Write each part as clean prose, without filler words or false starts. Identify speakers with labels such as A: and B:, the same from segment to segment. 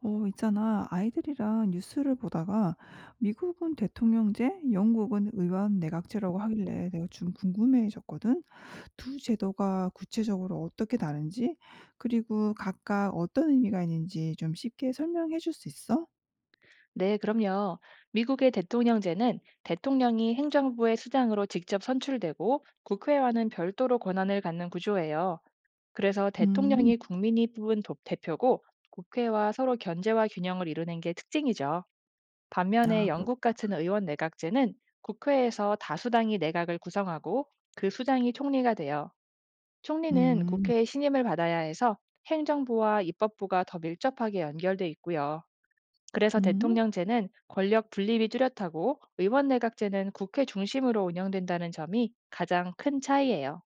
A: 있잖아. 아이들이랑 뉴스를 보다가 미국은 대통령제, 영국은 의원 내각제라고 하길래 내가 좀 궁금해졌거든. 두 제도가 구체적으로 어떻게 다른지, 그리고 각각 어떤 의미가 있는지 좀 쉽게 설명해 줄 수 있어?
B: 네, 그럼요. 미국의 대통령제는 대통령이 행정부의 수장으로 직접 선출되고 국회와는 별도로 권한을 갖는 구조예요. 그래서
A: 음,
B: 대통령이 국민이 뽑은 대표고 국회와 서로 견제와 균형을 이루는 게 특징이죠. 반면에
A: 아, 그렇,
B: 영국 같은 의원 내각제는 국회에서 다수당이 내각을 구성하고 그 수장이 총리가 돼요. 총리는
A: 음,
B: 국회의 신임을 받아야 해서 행정부와 입법부가 더 밀접하게 연결돼 있고요. 그래서
A: 음.
B: 대통령제는 권력 분립이 뚜렷하고 의원 내각제는 국회 중심으로 운영된다는 점이 가장 큰 차이예요.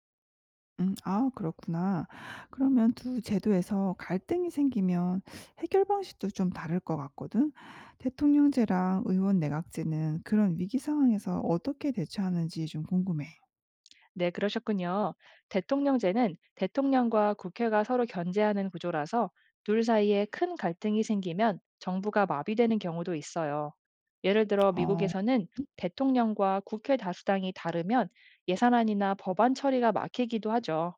A: 음. 아 그렇구나. 그러면 두 제도에서 갈등이 생기면 해결 방식도 좀 다를 것 같거든. 대통령제랑 의원 내각제는 그런 위기 상황에서 어떻게 대처하는지 좀 궁금해.
B: 네, 그러셨군요. 대통령제는 대통령과 국회가 서로 견제하는 구조라서 둘 사이에 큰 갈등이 생기면 정부가 마비되는 경우도 있어요. 예를 들어
A: 어.
B: 미국에서는 대통령과 국회 다수당이 다르면 예산안이나 법안 처리가 막히기도 하죠.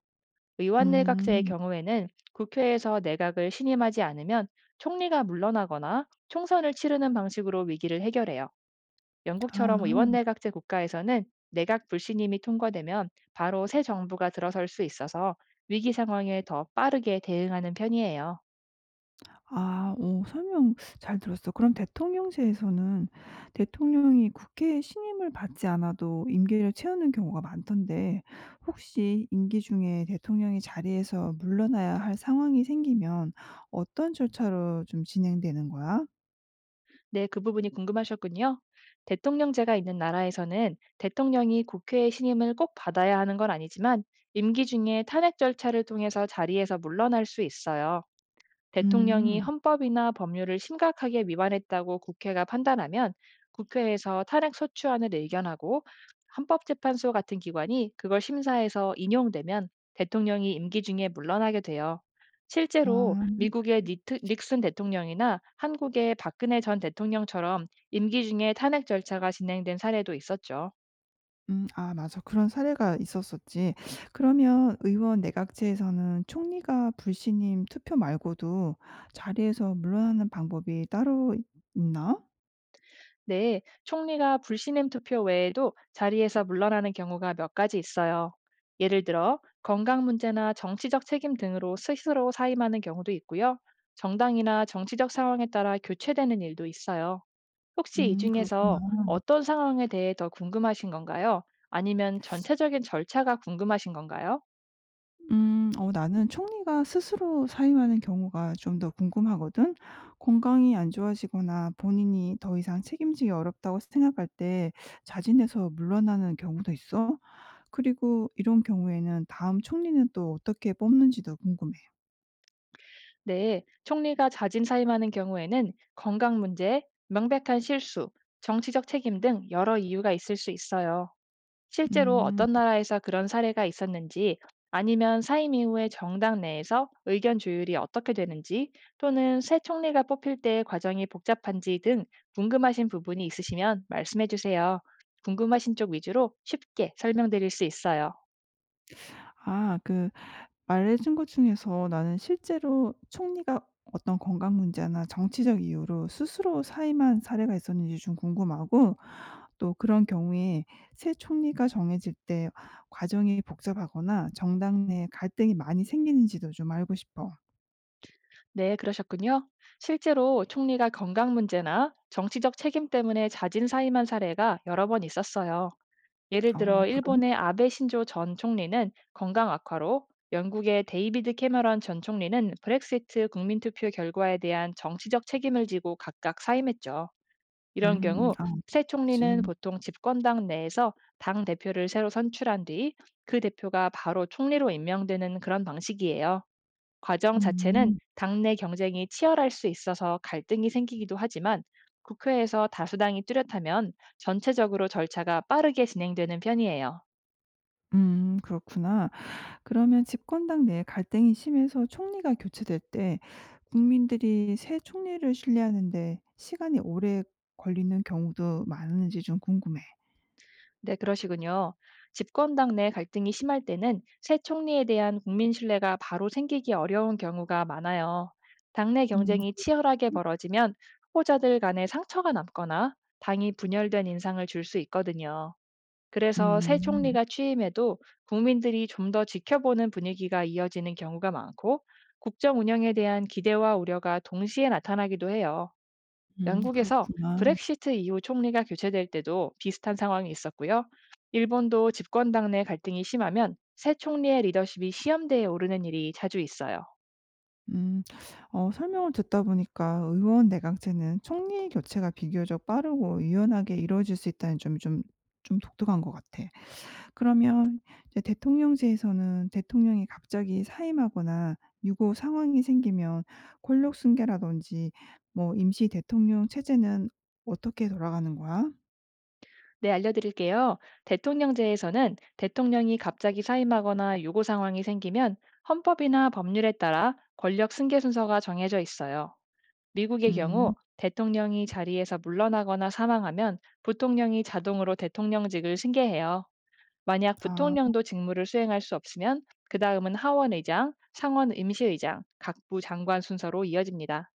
B: 의원 내각제의
A: 음.
B: 경우에는 국회에서 내각을 신임하지 않으면 총리가 물러나거나 총선을 치르는 방식으로 위기를 해결해요. 영국처럼 의원
A: 아.
B: 내각제 국가에서는 내각 불신임이 통과되면 바로 새 정부가 들어설 수 있어서 위기 상황에 더 빠르게 대응하는 편이에요.
A: 아 오 설명 잘 들었어. 그럼 대통령제에서는 대통령이 국회의 신임을 받지 않아도 임기를 채우는 경우가 많던데 혹시 임기 중에 대통령이 자리에서 물러나야 할 상황이 생기면 어떤 절차로 좀 진행되는 거야?
B: 네, 그 부분이 궁금하셨군요. 대통령제가 있는 나라에서는 대통령이 국회의 신임을 꼭 받아야 하는 건 아니지만 임기 중에 탄핵 절차를 통해서 자리에서 물러날 수 있어요. 대통령이
A: 음.
B: 헌법이나 법률을 심각하게 위반했다고 국회가 판단하면 국회에서 탄핵 소추안을 의견하고 헌법재판소 같은 기관이 그걸 심사해서 인용되면 대통령이 임기 중에 물러나게 돼요. 실제로
A: 아
B: 미국의 닉슨 대통령이나 한국의 박근혜 전 대통령처럼 임기 중에 탄핵 절차가 진행된 사례도 있었죠.
A: 아 맞아. 그런 사례가 있었었지. 그러면 의원 내각제에서는 총리가 불신임 투표 말고도 자리에서 물러나는 방법이 따로 있나?
B: 네, 총리가 불신임 투표 외에도 자리에서 물러나는 경우가 몇 가지 있어요. 예를 들어 건강 문제나 정치적 책임 등으로 스스로 사임하는 경우도 있고요. 정당이나 정치적 상황에 따라 교체되는 일도 있어요. 혹시 이
A: 그렇구나.
B: 중에서 어떤 상황에 대해 더 궁금하신 건가요? 아니면 전체적인 절차가 궁금하신 건가요?
A: 어 나는 총리가 스스로 사임하는 경우가 좀 더 궁금하거든. 건강이 안 좋아지거나 본인이 더 이상 책임지기 어렵다고 생각할 때 자진해서 물러나는 경우도 있어? 그리고 이런 경우에는 다음 총리는 또 어떻게 뽑는지도 궁금해.
B: 네, 총리가 자진 사임하는 경우에는 건강 문제, 명백한 실수, 정치적 책임 등 여러 이유가 있을 수 있어요. 실제로
A: 음.
B: 어떤 나라에서 그런 사례가 있었는지, 아니면 사임 이후에 정당 내에서 의견 조율이 어떻게 되는지, 또는 새 총리가 뽑힐 때의 과정이 복잡한지 등 궁금하신 부분이 있으시면 말씀해 주세요. 궁금하신 쪽 위주로 쉽게 설명드릴 수 있어요.
A: 아그 말해준 것 중에서 나는 실제로 총리가 어떤 건강 문제나 정치적 이유로 스스로 사임한 사례가 있었는지 좀 궁금하고 또 그런 경우에 새 총리가 정해질 때 과정이 복잡하거나 정당 내 갈등이 많이 생기는지도 좀 알고 싶어.
B: 네, 그러셨군요. 실제로 총리가 건강 문제나 정치적 책임 때문에 자진 사임한 사례가 여러 번 있었어요. 예를
A: 아
B: 들어
A: 그래?
B: 일본의 아베 신조 전 총리는 건강 악화로, 영국의 데이비드 캐머런 전 총리는 브렉시트 국민투표 결과에 대한 정치적 책임을 지고 각각 사임했죠. 이런
A: 음.
B: 경우
A: 아 그
B: 새
A: 렇
B: 총리는
A: 지
B: 보통 집권당 내에서 당 대표를 새로 선출한 뒤 그 대표가 바로 총리로 임명되는 그런 방식이에요. 과정 자체는
A: 음.
B: 당내 경쟁이 치열할 수 있어서 갈등이 생기기도 하지만 국회에서 다수당이 뚜렷하면 전체적으로 절차가 빠르게 진행되는 편이에요.
A: 그렇구나. 그러면 집권당 내 갈등이 심해서 총리가 교체될 때 국민들이 새 총리를 신뢰하는데 시간이 오래 걸리는 경우도 많은지 좀 궁금해.
B: 네, 그러시군요. 집권당 내 갈등이 심할 때는 새 총리에 대한 국민 신뢰가 바로 생기기 어려운 경우가 많아요. 당내
A: 음.
B: 경쟁이 치열하게
A: 그렇겠지.
B: 벌어지면 후보자들 간에 상처가 남거나 당이 분열된 인상을 줄 수 있거든요. 그래서 새
A: 음.
B: 총리가 취임해도 국민들이 좀 더 지켜보는 분위기가 이어지는 경우가 많고 국정 운영에 대한 기대와 우려가 동시에 나타나기도 해요. 영국에서
A: 그렇구나.
B: 브렉시트 이후 총리가 교체될 때도 비슷한 상황이 있었고요. 일본도 집권당 내 갈등이 심하면 새 총리의 리더십이 시험대에 오르는 일이 자주 있어요.
A: 음. 어 설명을 듣다 보니까 의원 내각제는 총리 교체가 비교적 빠르고 유연하게 이루어질 수 있다는 점이 좀 독특한 것 같아. 그러면 이제 대통령제에서는 대통령이 갑자기 사임하거나 유고 상황이 생기면 권력 승계라든지 뭐 임시 대통령 체제는 어떻게 돌아가는 거야?
B: 네, 알려드릴게요. 대통령제에서는 대통령이 갑자기 사임하거나 요구 상황이 생기면 헌법이나 법률에 따라 권력 승계 순서가 정해져 있어요. 미국의
A: 음.
B: 경우 대통령이 자리에서 물러나거나 사망하면 부통령이 자동으로 대통령직을 승계해요. 만약
A: 아
B: 부통령도 직무를 수행할 수 없으면 그 다음은 하원의장, 상원 임시의장, 각부 장관 순서로 이어집니다.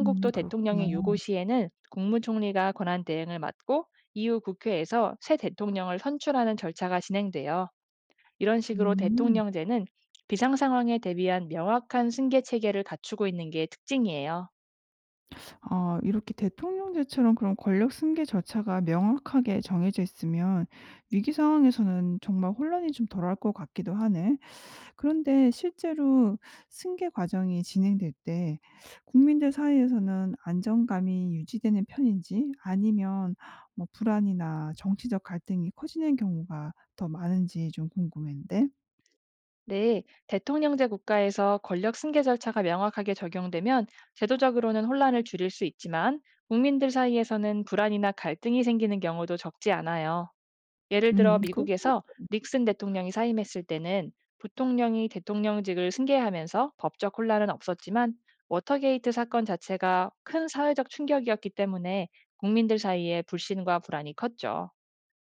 A: 그렇구나.
B: 대통령의 유고 시에는 국무총리가 권한 대행을 맡고 이후 국회에서 새 대통령을 선출하는 절차가 진행돼요. 이런 식으로
A: 음.
B: 대통령제는 비상 상황에 대비한 명확한 승계 체계를 갖추고 있는 게 특징이에요.
A: 아 이렇게 대통령제처럼 그런 권력 승계 절차가 명확하게 정해져 있으면 위기 상황에서는 정말 혼란이 좀 덜할 것 같기도 하네. 그런데 실제로 승계 과정이 진행될 때 국민들 사이에서는 안정감이 유지되는 편인지 아니면 뭐 불안이나 정치적 갈등이 커지는 경우가 더 많은지 좀 궁금한데.
B: 네, 대통령제 국가에서 권력 승계 절차가 명확하게 적용되면 제도적으로는 혼란을 줄일 수 있지만 국민들 사이에서는 불안이나 갈등이 생기는 경우도 적지 않아요. 예를 들어
A: 그렇
B: 미국에서
A: 것
B: 닉슨 대통령이 사임했을 때는 부통령이 대통령직을 승계하면서 법적 혼란은 없었지만 워터게이트 사건 자체가 큰 사회적 충격이었기 때문에 국민들 사이에 불신과 불안이 컸죠.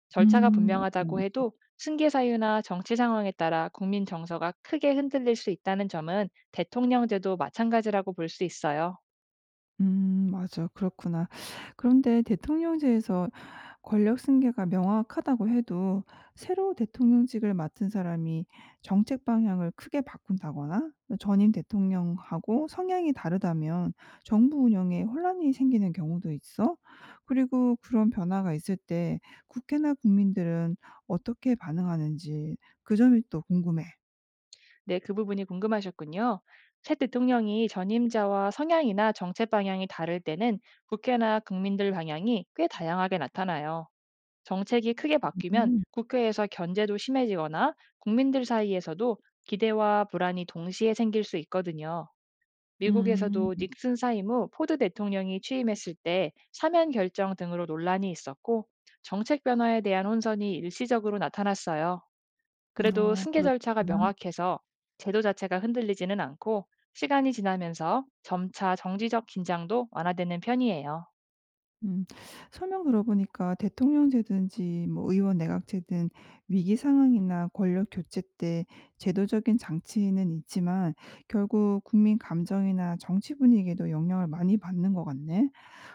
B: 절차가
A: 음 맞아.
B: 분명하다고 해도 승계 사유나 정치 상황에 따라 국민 정서가 크게 흔들릴 수 있다는 점은 대통령제도 마찬가지라고 볼 수 있어요.
A: 맞아. 그렇구나. 그런데 대통령제에서 권력 승계가 명확하다고 해도 새로 대통령직을 맡은 사람이 정책 방향을 크게 바꾼다거나 전임 대통령하고 성향이 다르다면 정부 운영에 혼란이 생기는 경우도 있어. 그리고 그런 변화가 있을 때 국회나 국민들은 어떻게 반응하는지 그 점이 또 궁금해.
B: 네, 그 부분이 궁금하셨군요. 새 대통령이 전임자와 성향이나 정책 방향이 다를 때는 국회나 국민들 방향이 꽤 다양하게 나타나요. 정책이 크게 바뀌면
A: 음.
B: 국회에서 견제도 심해지거나 국민들 사이에서도 기대와 불안이 동시에 생길 수 있거든요.
A: 음.
B: 미국에서도 닉슨 사임 후 포드 대통령이 취임했을 때 사면 결정 등으로 논란이 있었고 정책 변화에 대한 혼선이 일시적으로 나타났어요. 그래도
A: 어
B: 승계 절차가
A: 그렇구나.
B: 명확해서 제도 자체가 흔들리지는 않고 시간이 지나면서 점차 정치적 긴장도 완화되는 편이에요.
A: 음. 설명 들어보니까 대통령제든지 뭐 의원 내각제든 위기 상황이나 권력 교체 때 제도적인 장치는 있지만 결국 국민 감정이나 정치 분위기에도 영향을 많이 받는 것 같네.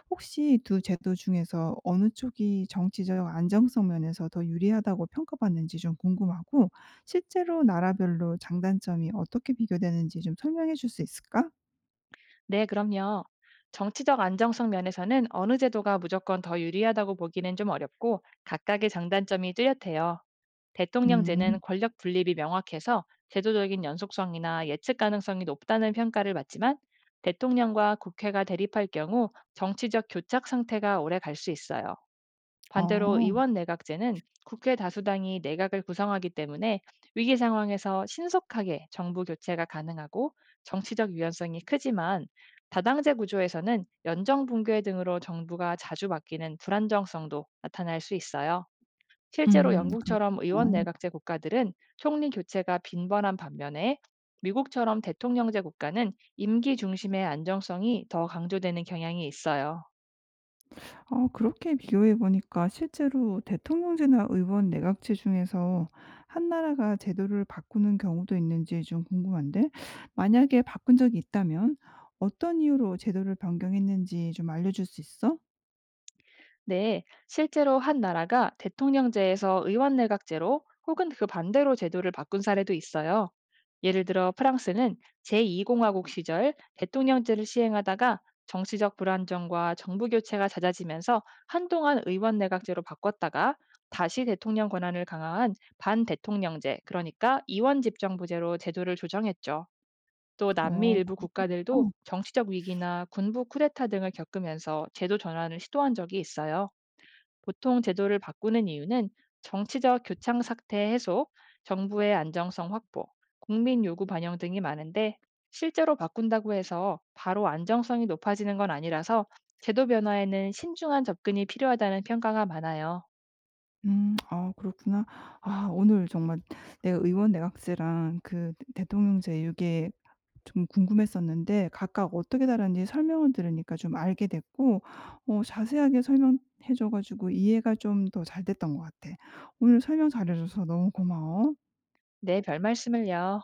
A: 혹시 두 제도 중에서 어느 쪽이 정치적 안정성 면에서 더 유리하다고 평가받는지 좀 궁금하고 실제로 나라별로 장단점이 어떻게 비교되는지 좀 설명해 줄 수 있을까?
B: 네, 그럼요. 정치적 안정성 면에서는 어느 제도가 무조건 더 유리하다고 보기는 좀 어렵고 각각의 장단점이 뚜렷해요.
A: 음.
B: 대통령제는 권력 분립이 명확해서 제도적인 연속성이나 예측 가능성이 높다는 평가를 받지만 대통령과 국회가 대립할 경우 정치적 교착 상태가 오래 갈 수 있어요. 반대로
A: 아.
B: 의원 내각제는 국회 다수당이 내각을 구성하기 때문에 위기 상황에서 신속하게 정부 교체가 가능하고 정치적 유연성이 크지만 다당제 구조에서는 연정 붕괴 등으로 정부가 자주 바뀌는 불안정성도 나타날 수 있어요. 실제로
A: 음.
B: 영국처럼 의원
A: 그렇구나.
B: 내각제 국가들은 총리 교체가 빈번한 반면에 미국처럼 대통령제 국가는 임기 중심의 안정성이 더 강조되는 경향이 있어요.
A: 어 그렇게 비교해 보니까 실제로 대통령제나 의원 내각제 중에서 한 나라가 제도를 바꾸는 경우도 있는지 좀 궁금한데 만약에 바꾼 적이 있다면 어떤 이유로 제도를 변경했는지 좀 알려줄 수 있어?
B: 네, 실제로 한 나라가 대통령제에서 의원내각제로 혹은 그 반대로 제도를 바꾼 사례도 있어요. 예를 들어 프랑스는 제2공화국 시절 대통령제를 시행하다가 정치적 불안정과 정부 교체가 잦아지면서 한동안 의원내각제로 바꿨다가 다시 대통령 권한을 강화한 반대통령제, 그러니까 이원집정부제로 제도를 조정했죠. 또
A: 어
B: 남미
A: 그
B: 일부 국가들도 정치적 위기나 군부 쿠데타 등을 겪으면서 제도 전환을 시도한 적이 있어요. 보통 제도를 바꾸는 이유는 정치적 교착 사태 해소, 정부의 안정성 확보, 국민 요구 반영 등이 많은데 실제로 바꾼다고 해서 바로 안정성이 높아지는 건 아니라서 제도 변화에는 신중한 접근이 필요하다는 평가가 많아요.
A: 아 그렇구나. 아 오늘 정말 내가 의원 내각제랑 그 대통령제 이게 좀 궁금했었는데 각각 어떻게 다른지 설명을 들으니까 좀 알게 됐고 어 자세하게 설명해 줘 가지고 이해가 좀 더 잘 됐던 것 같아. 오늘 설명 잘해 줘서 너무 고마워.
B: 네, 별 말씀을요.